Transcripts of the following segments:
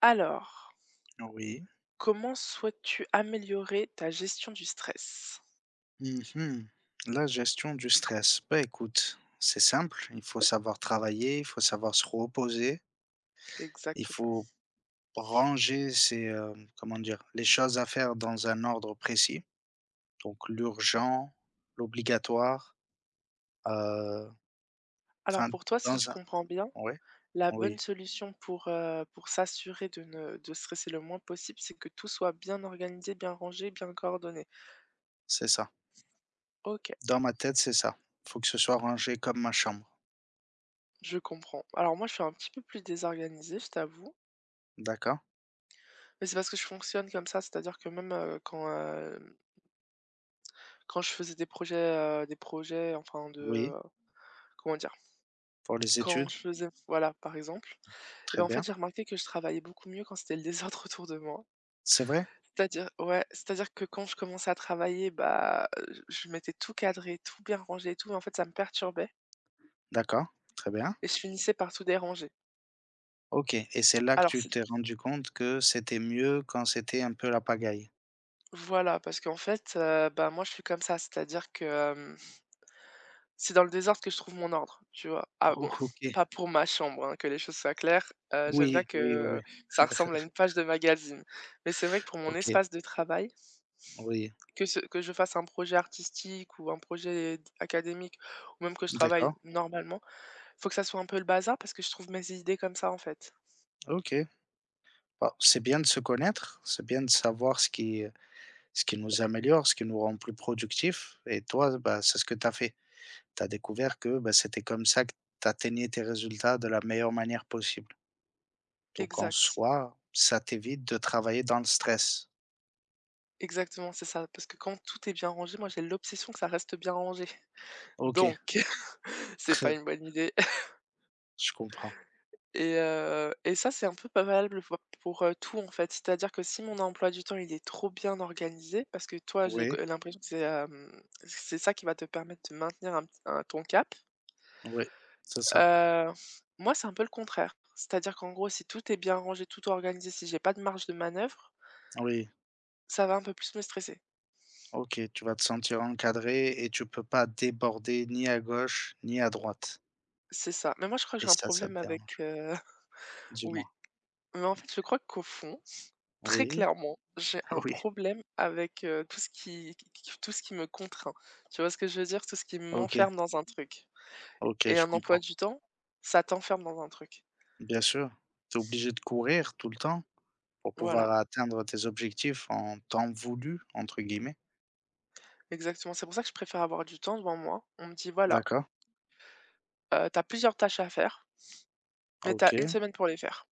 Alors, Oui. comment souhaites-tu améliorer ta gestion du stress? Mhm. La gestion du stress. Bah écoute, c'est simple. Il faut savoir travailler, il faut savoir se reposer, il faut Exactement. ranger ses, comment dire, les choses à faire dans un ordre précis. Donc Mmh. l'urgent, l'obligatoire, euh, Alors enfin, pour toi, si je dans un. comprends bien, Oui, la bonne oui, solution pour s'assurer de ne de stresser le moins possible, c'est que tout soit bien organisé, bien rangé, bien coordonné. c'est ça. OK, Dans ma tête, c'est ça. Il faut que ce soit rangé comme ma chambre. je comprends. Alors moi, je suis un petit peu plus désorganisée, je t'avoue, D'accord? mais c'est parce que je fonctionne comme ça, c'est-à-dire que même, quand, quand je faisais des projets, enfin de, Oui. comment dire? Pour les Quand études, je faisais voilà, par exemple. Et très ben en bien. fait, j'ai remarqué que je travaillais beaucoup mieux quand c'était le désordre autour de moi. C'est vrai? C'est-à-dire ouais, c'est-à-dire que quand je commençais à travailler, bah, je mettais tout cadré, tout bien rangé et tout, mais en fait, ça me perturbait D'accord, très bien. et je finissais par tout déranger. OK, et c'est là que Alors tu c'est t'es rendu compte que c'était mieux quand c'était un peu la pagaille? voilà, parce qu'en fait, bah, moi, je suis comme ça, c'est-à-dire que, c'est dans le désordre que je trouve mon ordre, tu vois? Ah Oh, bon, OK. pas pour ma chambre, hein, que les choses soient claires, j'aime bien Oui, oui, oui, oui. que ça ressemble à une page de magazine, mais c'est vrai que pour mon OK, espace de travail. oui, Que ce que je fasse un projet artistique ou un projet d académique ou même que je travaille d'accord. normalement, faut que ça soit un peu le bazar parce que je trouve mes idées comme ça, en fait. OK. Bah, c'est bien de se connaître, c'est bien de savoir ce qui nous améliore, ce qui nous rend plus productifs et toi, bah, c'est ce que tu as fait. Tu as découvert que, bah, c'était comme ça que tu atteignais tes résultats de la meilleure manière possible. Donc en Exact. soi, ça t'évite de travailler dans le stress. Exactement, c'est ça. Parce que quand tout est bien rangé, moi j'ai l'obsession que ça reste bien rangé. OK, Donc c'est pas une bonne idée je comprends. et ça, c'est un peu pas valable pour pour tout, en fait. C'est-à-dire que si mon emploi du temps, il est trop bien organisé parce que toi, j'ai que Oui, l'impression que c'est, c'est ça qui va te permettre de maintenir un ton cap. oui, c'est ça. Heu, Moi, c'est un peu le contraire. C'est-à-dire qu'en gros, si tout est bien rangé, tout organisé, si j'ai pas de marge de manœuvre, Oui. ça va un peu plus me stresser. OK, tu vas te sentir encadré et tu peux pas déborder ni à gauche ni à droite, C'est ça. Mais moi, je crois que j'ai et un ça te problème avec, dérange? Oui, Dis-moi. mais en fait, je crois qu'au fond, très Oui, clairement, j'ai un oui, problème avec, tout ce qui me contraint. Tu vois ce que je veux dire? Tout ce qui OK, m'enferme dans un truc OK, et je un emploi comprends. du temps, ça t'enferme dans un truc. Bien sûr, tu es obligé de courir tout le temps pour Voilà, pouvoir atteindre tes objectifs en «temps voulu» entre guillemets. exactement. C'est pour ça que je préfère avoir du temps devant moi. On me dit: «Voilà, D'accord, tu plusieurs tâches à faire, mais t'as une OK, semaine pour les faire».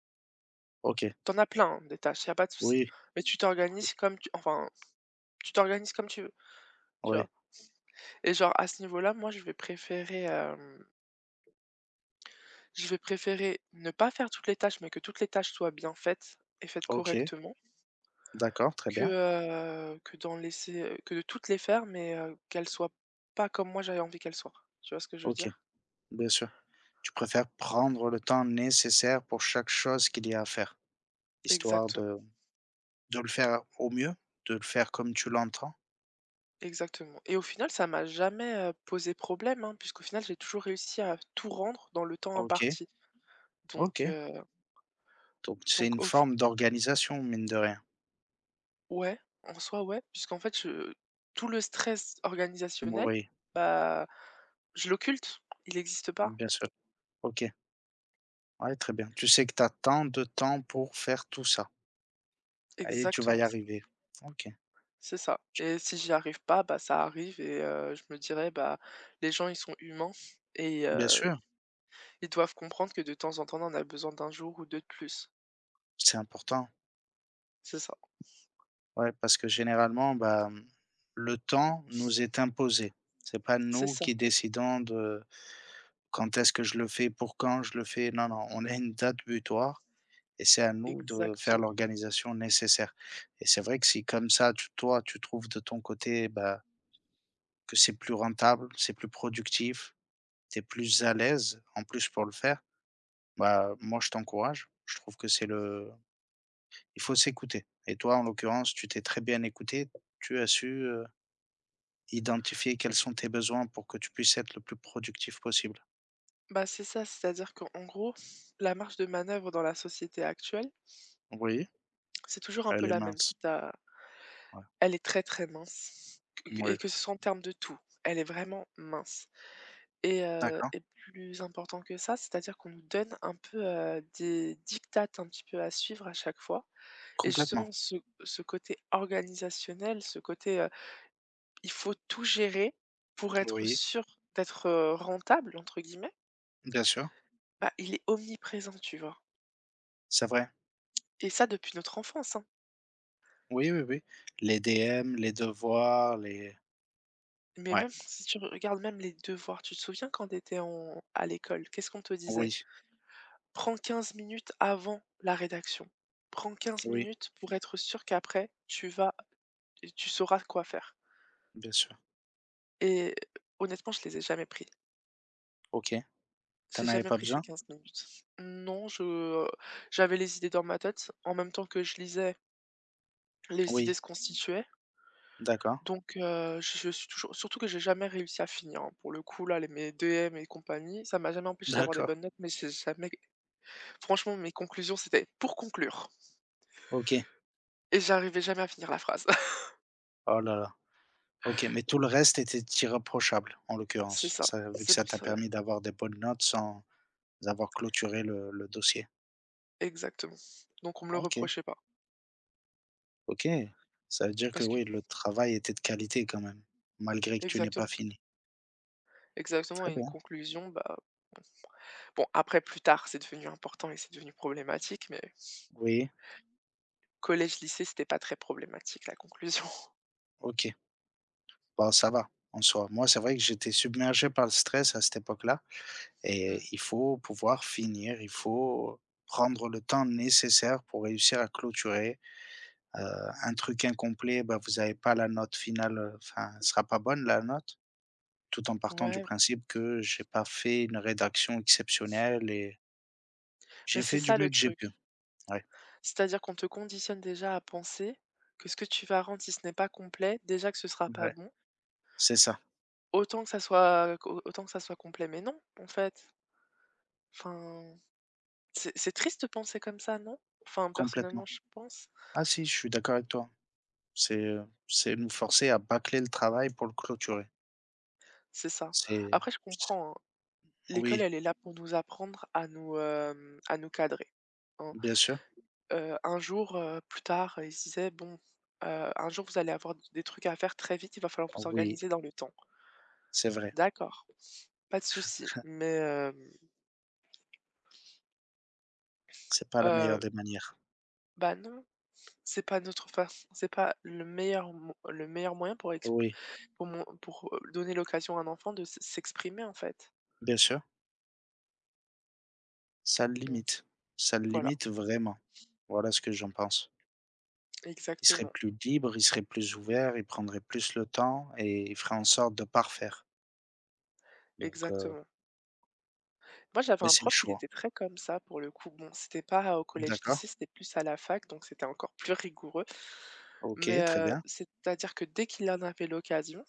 OK. T'en as plein, hein, des tâches, y a pas de souci, Oui, mais tu oui, t'organises comme tu enfin, tu t'organises comme tu veux, tu oui, vois? Et genre à ce niveau-là, moi, je vais préférer, je vais préférer ne pas faire toutes les tâches, mais que toutes les tâches soient bien faites et faites OK, correctement d'accord, très que, bien. D'en laisser, que de toutes les faire, mais, qu'elles soient pas comme moi j'avais envie qu'elles soient. Tu vois ce que je veux OK, dire? bien sûr. Tu préfères prendre le temps nécessaire pour chaque chose qu'il y a à faire, histoire Exactement, de le faire au mieux? De le faire comme tu l'entends? exactement et au final, ça m'a jamais, posé problème, hein, puisqu'au final, j'ai toujours réussi à tout rendre dans le temps OK, imparti donc, OK. heu, Donc c'est donc une au forme d'organisation, mine de rien? ouais, en soi, ouais, puisqu'en fait, je tout le stress organisationnel, Oui, bah, je l'occulte, il n'existe pas. bien sûr. OK. Ouais, très bien. Tu sais que tu as tant de temps pour faire tout ça et tu vas y Exactement, arriver. OK. c'est ça. Et si j'y arrive pas, bah, ça arrive et je me dirais: «Bah, les gens, ils sont humains et Bien sûr, ils doivent comprendre que de temps en temps, on en a besoin d'un jour ou 2 de plus». c'est important. C'est ça, Ouais, parce que généralement, bah, mmh, le temps nous est imposé. C'est pas c'est nous ça, qui décidons de quand est-ce que je le fais, pour quand je le fais. Non, non, on a une date butoir et c'est à nous de faire exactement. l'organisation nécessaire. Et c'est vrai que si comme ça, tu toi, tu trouves de ton côté, bah, que c'est plus rentable, c'est plus productif, tu es plus à l'aise en plus pour le faire, bah, moi je t'encourage. Je trouve que c'est le il faut s'écouter et toi, en l'occurrence, tu t'es très bien écouté. Tu as su, identifier quels sont tes besoins pour que tu puisses être le plus productif possible. Bah, c'est ça, c'est-à-dire qu'en gros, la marge de manœuvre dans la société actuelle, Oui, c'est toujours un peu elle est la même mince, si t'as ouais. elle est très, très mince Oui. et que ce soit en termes de tout, elle est vraiment mince et D'accord, plus important que ça, c'est-à-dire qu'on nous donne un peu, des diktats un petit peu à suivre à chaque fois et complètement. justement ce côté organisationnel, ce côté, il faut tout gérer pour être Oui, sûr d'être, «rentable» entre guillemets, bien sûr, bah, il est omniprésent, tu vois? c'est vrai. Et ça depuis notre enfance, hein. Oui, oui, oui. Les DM, les devoirs, les Mais ouais, même si tu regardes même les devoirs, tu te souviens quand tu étais à l'école, qu'est-ce qu'on te disait? oui, Prends 15 minutes avant la rédaction. Prends quinze oui, minutes pour être sûr qu'après, tu sauras quoi faire bien sûr. et honnêtement, je les ai jamais pris. OK. J'ai T'en avais jamais pas pris ces besoin? 15 minutes. Non, je j'avais les idées dans ma tête. En même temps que je lisais, les idées Oui, se constituaient. d'accord, Donc je suis toujours surtout que j'ai jamais réussi à finir, hein. Pour le coup, là, les mes DM et compagnie, ça m'a jamais empêché d'avoir des d'accord, bonnes notes, mais j'ai jamais franchement, mes conclusions, c'était pour conclure OK. et j'arrivais jamais à finir la phrase. Oh là là, OK, mais tout le reste était irréprochable, en C'est l'occurrence. ça, Ça vu que c'est ça pour t'a ça. permis d'avoir des bonnes notes sans avoir clôturé le dossier. Exactement. Donc on me le OK, reprochait pas. OK. Ça veut dire que Parce que oui, le travail était de qualité quand même, malgré que tu n'aies pas exactement, fini. exactement Très et une bien. conclusion, bah, bon après plus tard, c'est devenu important et c'est devenu problématique, mais Oui, collège, lycée, c'était pas très problématique la conclusion. OK. Bon, ça va en soi. Moi, c'est vrai que j'étais submergé par le stress à cette époque-là. Et Mmh. il faut pouvoir finir, il faut prendre le temps nécessaire pour réussir à clôturer, heu, un truc incomplet, bah, vous avez pas la note finale, enfin, elle sera pas bonne la note, tout en partant du Ouais, principe que j'ai pas fait une rédaction exceptionnelle et mais j'ai c'est fait du ça mieux le que j'ai pu. truc. Ouais, C'est-à-dire qu'on te conditionne déjà à penser que ce que tu vas rendre, si ce n'est pas complet, déjà que ce sera pas ouais, bon, c'est ça, autant que ça soit complet. Mais non, en fait. Enfin, c'est triste de penser comme ça, non? Enfin, complètement. personnellement, je pense, Ah si, je suis d'accord avec toi. C'est nous forcer à bâcler le travail pour le clôturer. c'est ça. C'est Après, je c'est- comprends, hein. L'école, oui, elle est là pour nous apprendre à nous, à nous cadrer, hein. bien sûr. Un jour, plus tard, ils se disaient: «Bon, un jour vous allez avoir des trucs à faire très vite, il va falloir Ah vous oui, organiser dans le temps». c'est vrai, D'accord, pas de souci, mais c'est pas la meilleure heu, des manières. bah, non, c'est pas notre façon c'est pas le meilleur mo le meilleur moyen pour exp Oui, pour mon pour, donner l'occasion à un enfant de s'exprimer en fait. bien sûr, ça le Donc limite. Ça le voilà, limite vraiment. Voilà ce que j'en pense. Il serait exactement, plus libre, il serait plus ouvert, il prendrait plus le temps et il ferait en sorte de parfaire. Donc, exactement. Moi, j'avais mais un c'est le prof, il choix. était très comme ça pour le coup. Bon, c'était pas au D'accord. collège-lycée, c'était plus à la fac, donc c'était encore plus rigoureux. OK, Mais très bien. c'est-à-dire que dès qu'il en avait l'occasion,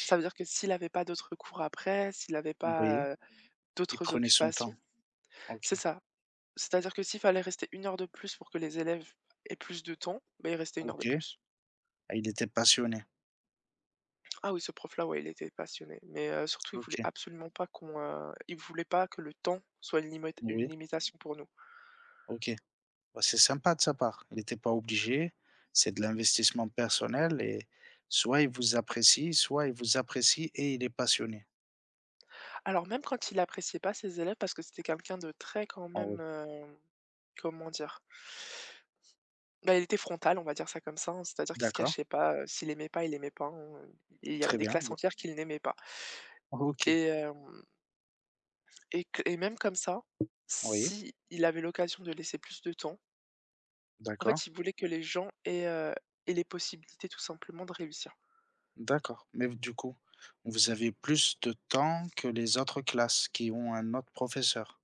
ça veut dire que s'il n'avait pas d'autres cours après, s'il n'avait oui, pas, il d'autres prenait son temps. occupations OK, c'est ça. C'est-à-dire que s'il fallait rester une heure de plus pour que les élèves aient plus de temps, ben il restait une heure de OK. plus. Ah, il était passionné. Ah oui, ce prof-là, ouais, il était passionné, mais surtout il voulait OK, absolument pas qu'on, il voulait pas que le temps soit une limi une oui, limitation pour nous. OK. Bah, c'est sympa de sa part. Il n'était pas obligé, c'est de l'investissement personnel et soit il vous apprécie, soit il vous apprécie et il est passionné. Alors même quand il appréciait pas ses élèves, parce que c'était quelqu'un de très quand En même, comment dire? Bah, il était frontal, on va dire ça comme ça, hein, c'est-à-dire qu'il se d'accord, cachait pas, s'il aimait pas, il aimait pas, hein, et il y avait très des bien. classes Bon, entières qu'il n'aimait pas OK, et hem et que et même comme ça, oui, si il avait l'occasion de laisser plus de temps, en d'accord, fait, il voulait que les gens aient les possibilités tout simplement de réussir. d'accord. Mais du coup, vous avez plus de temps que les autres classes qui ont un autre professeur?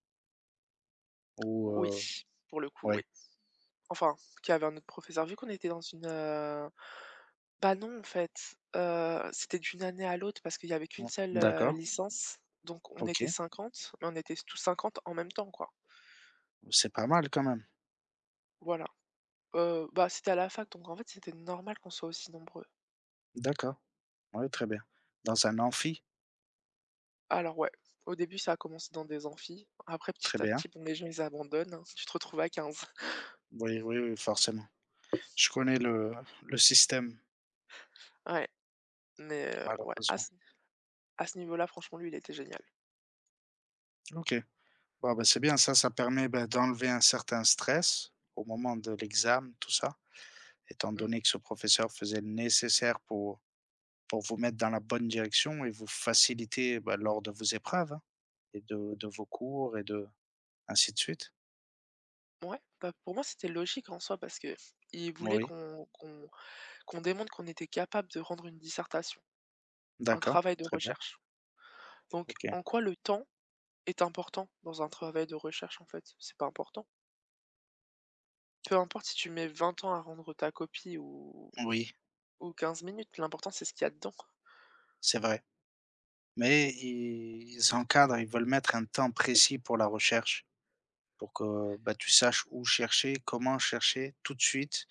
Ou, Oui, pour le coup, oui. ouais, Enfin, qu'il y avait un autre professeur, vu qu'on était dans une, bah, non, en fait, c'était d'une année à l'autre parce qu'il y avait qu'une mmh, seule, d'accord, licence, donc on OK, était 50 mais on était tous 50 en même temps, quoi. c'est pas mal quand même. Voilà, bah, c'était à la fac, donc en fait, c'était normal qu'on soit aussi nombreux. D'accord, oui, très bien. Dans un amphi, Alors ouais, au début, ça a commencé dans des amphis. Après, très petit à bien. petit, bon, les gens, ils abandonnent, hein, tu te retrouves à 15. Oui, oui, oui, forcément. Je connais le système, Ouais, mais à malheureusement. ce niveau-là, franchement, lui, il était génial. OK. Bon, bah, c'est bien ça, ça permet, bah, d'enlever un certain stress au moment de l'examen, tout ça. Étant Mmh. donné que ce professeur faisait le nécessaire pour vous mettre dans la bonne direction et vous faciliter, bah, lors de vos épreuves, hein, et de vos cours et de ainsi de suite? Ouais, bah, pour moi, c'était logique en soi parce que il voulait Oui, qu'on qu'on démontre qu'on était capable de rendre une dissertation. Un d'accord, travail de très bien, recherche. Donc, OK. en quoi le temps est important dans un travail de recherche, en fait? C'est pas important. Peu importe si tu mets 20 ans à rendre ta copie ou Oui, 15 minutes, l'important, c'est ce qu'il y a dedans. c'est vrai, mais ils encadrent, ils veulent mettre un temps précis pour la recherche, pour que, bah, tu saches où chercher, comment chercher tout de suite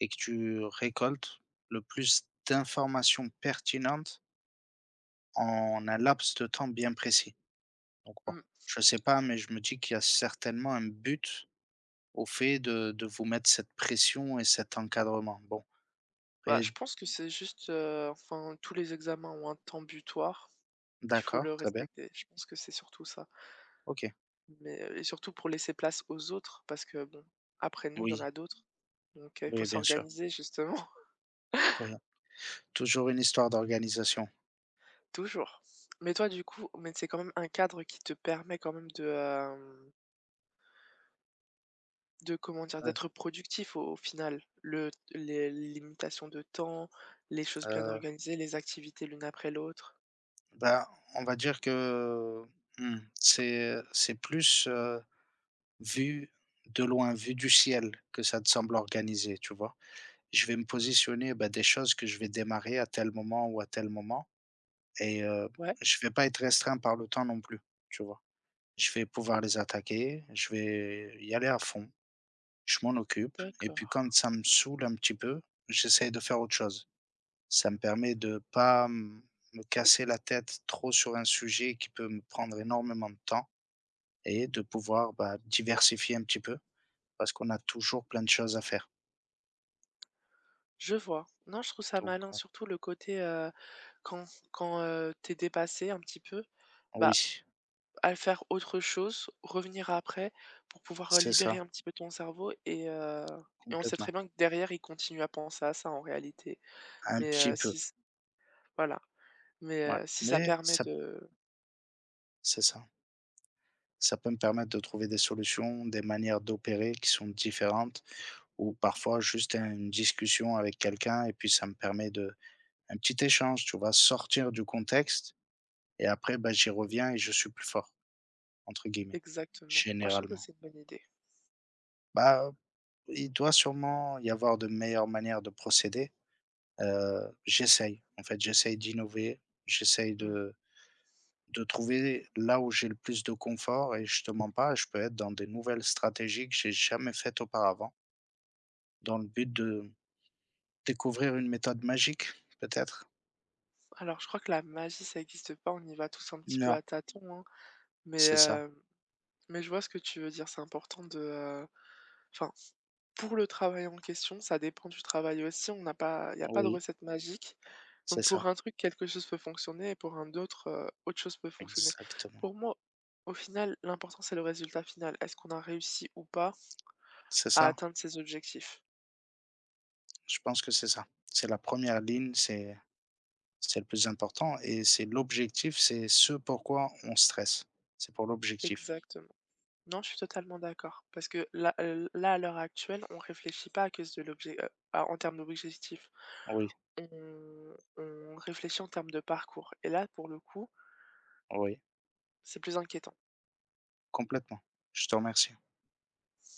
et que tu récoltes le plus d'informations pertinentes en un laps de temps bien précis. Donc bon, Mmh. je sais pas, mais je me dis qu'il y a certainement un but au fait de vous mettre cette pression et cet encadrement. Bon Bah, et je pense que c'est juste, enfin, tous les examens ont un temps butoir. Il faut le d'accord, très bien. respecter. Je pense que c'est surtout ça. OK. Mais, et surtout pour laisser place aux autres parce que bon, après nous, il y en Oui, a d'autres. Donc, il faut oui, bien sûr. s'organiser justement. Oui, toujours une histoire d'organisation. Toujours. Mais toi, du coup mais c'est quand même un cadre qui te permet quand même de, hem de comment dire? Heu, D'être productif au final. Le les limitations de temps, les choses bien heu, organisées, les activités l'une après l'autre. bah, on va dire que, mmh, c'est plus, vu de loin, vu du ciel que ça te semble organisé, tu vois? Je vais me Mmh. positionner, bah, des choses que je vais démarrer à tel moment ou à tel moment. Et Ouais, je vais pas être restreint par le temps non plus, tu vois? Je vais pouvoir les attaquer, je vais y aller à fond, je m'en occupe et d'accord. puis quand ça me saoule un petit peu, j'essaye de faire autre chose. Ça me permet de pas m me casser la tête trop sur un sujet qui peut me prendre énormément de temps et de pouvoir, bah, diversifier un petit peu parce qu'on a toujours plein de choses à faire Je vois. Non, je trouve ça donc malin, surtout le côté, quand tu dépassé un petit peu, bah, oui, à faire autre chose, revenir après pour pouvoir, c'est libérer ça, un petit peu ton cerveau et on sait très complètement. bien que derrière, il continue à penser à ça en réalité. Un Mais petit peu, si c voilà, mais ouais, si ça mais permet ça de c'est ça. Ça peut me permettre de trouver des solutions, des manières d'opérer qui sont différentes ou parfois juste une discussion avec quelqu'un et puis ça me permet de un petit échange, tu vois, sortir du contexte et après bah, j'y reviens et je suis plus fort entre guillemets exactement. Moi, je trouve que généralement. c'est une bonne idée. Bah, il doit sûrement y avoir de meilleures manières de procéder. J'essaye en fait, j'essaye d'innover, j'essaye Mmh. de trouver là où j'ai le plus de confort et je te mens pas, je peux être dans des nouvelles stratégies que j'ai jamais faites auparavant. Dans le but de découvrir une méthode magique, peut-être? Alors, je crois que la magie, ça n'existe pas. On y va tous un petit peu Non, à tâtons, hein. Mais, c'est ça. heu, mais je vois ce que tu veux dire. C'est important de, enfin, pour le travail en question, ça dépend du travail aussi. On n'a pas il n'y a pas de Oui, recette magique. c'est Donc ça, pour un truc, quelque chose peut fonctionner et pour un autre, autre chose peut fonctionner. exactement. Pour moi, au final, l'important, c'est le résultat final. Est-ce qu'on a réussi ou pas C'est à ça, atteindre ses objectifs? je pense que c'est ça. C'est la première ligne, c'est le plus important et c'est l'objectif, c'est ce pourquoi on stresse. C'est pour l'objectif. Exactement. Non, je suis totalement d'accord. Parce que là, à l'heure actuelle, on réfléchit pas à cause de l'objet à en termes d'objectifs. Oui, On réfléchit en termes de parcours et là, pour le coup, oui, c'est plus inquiétant. complètement. Je te remercie.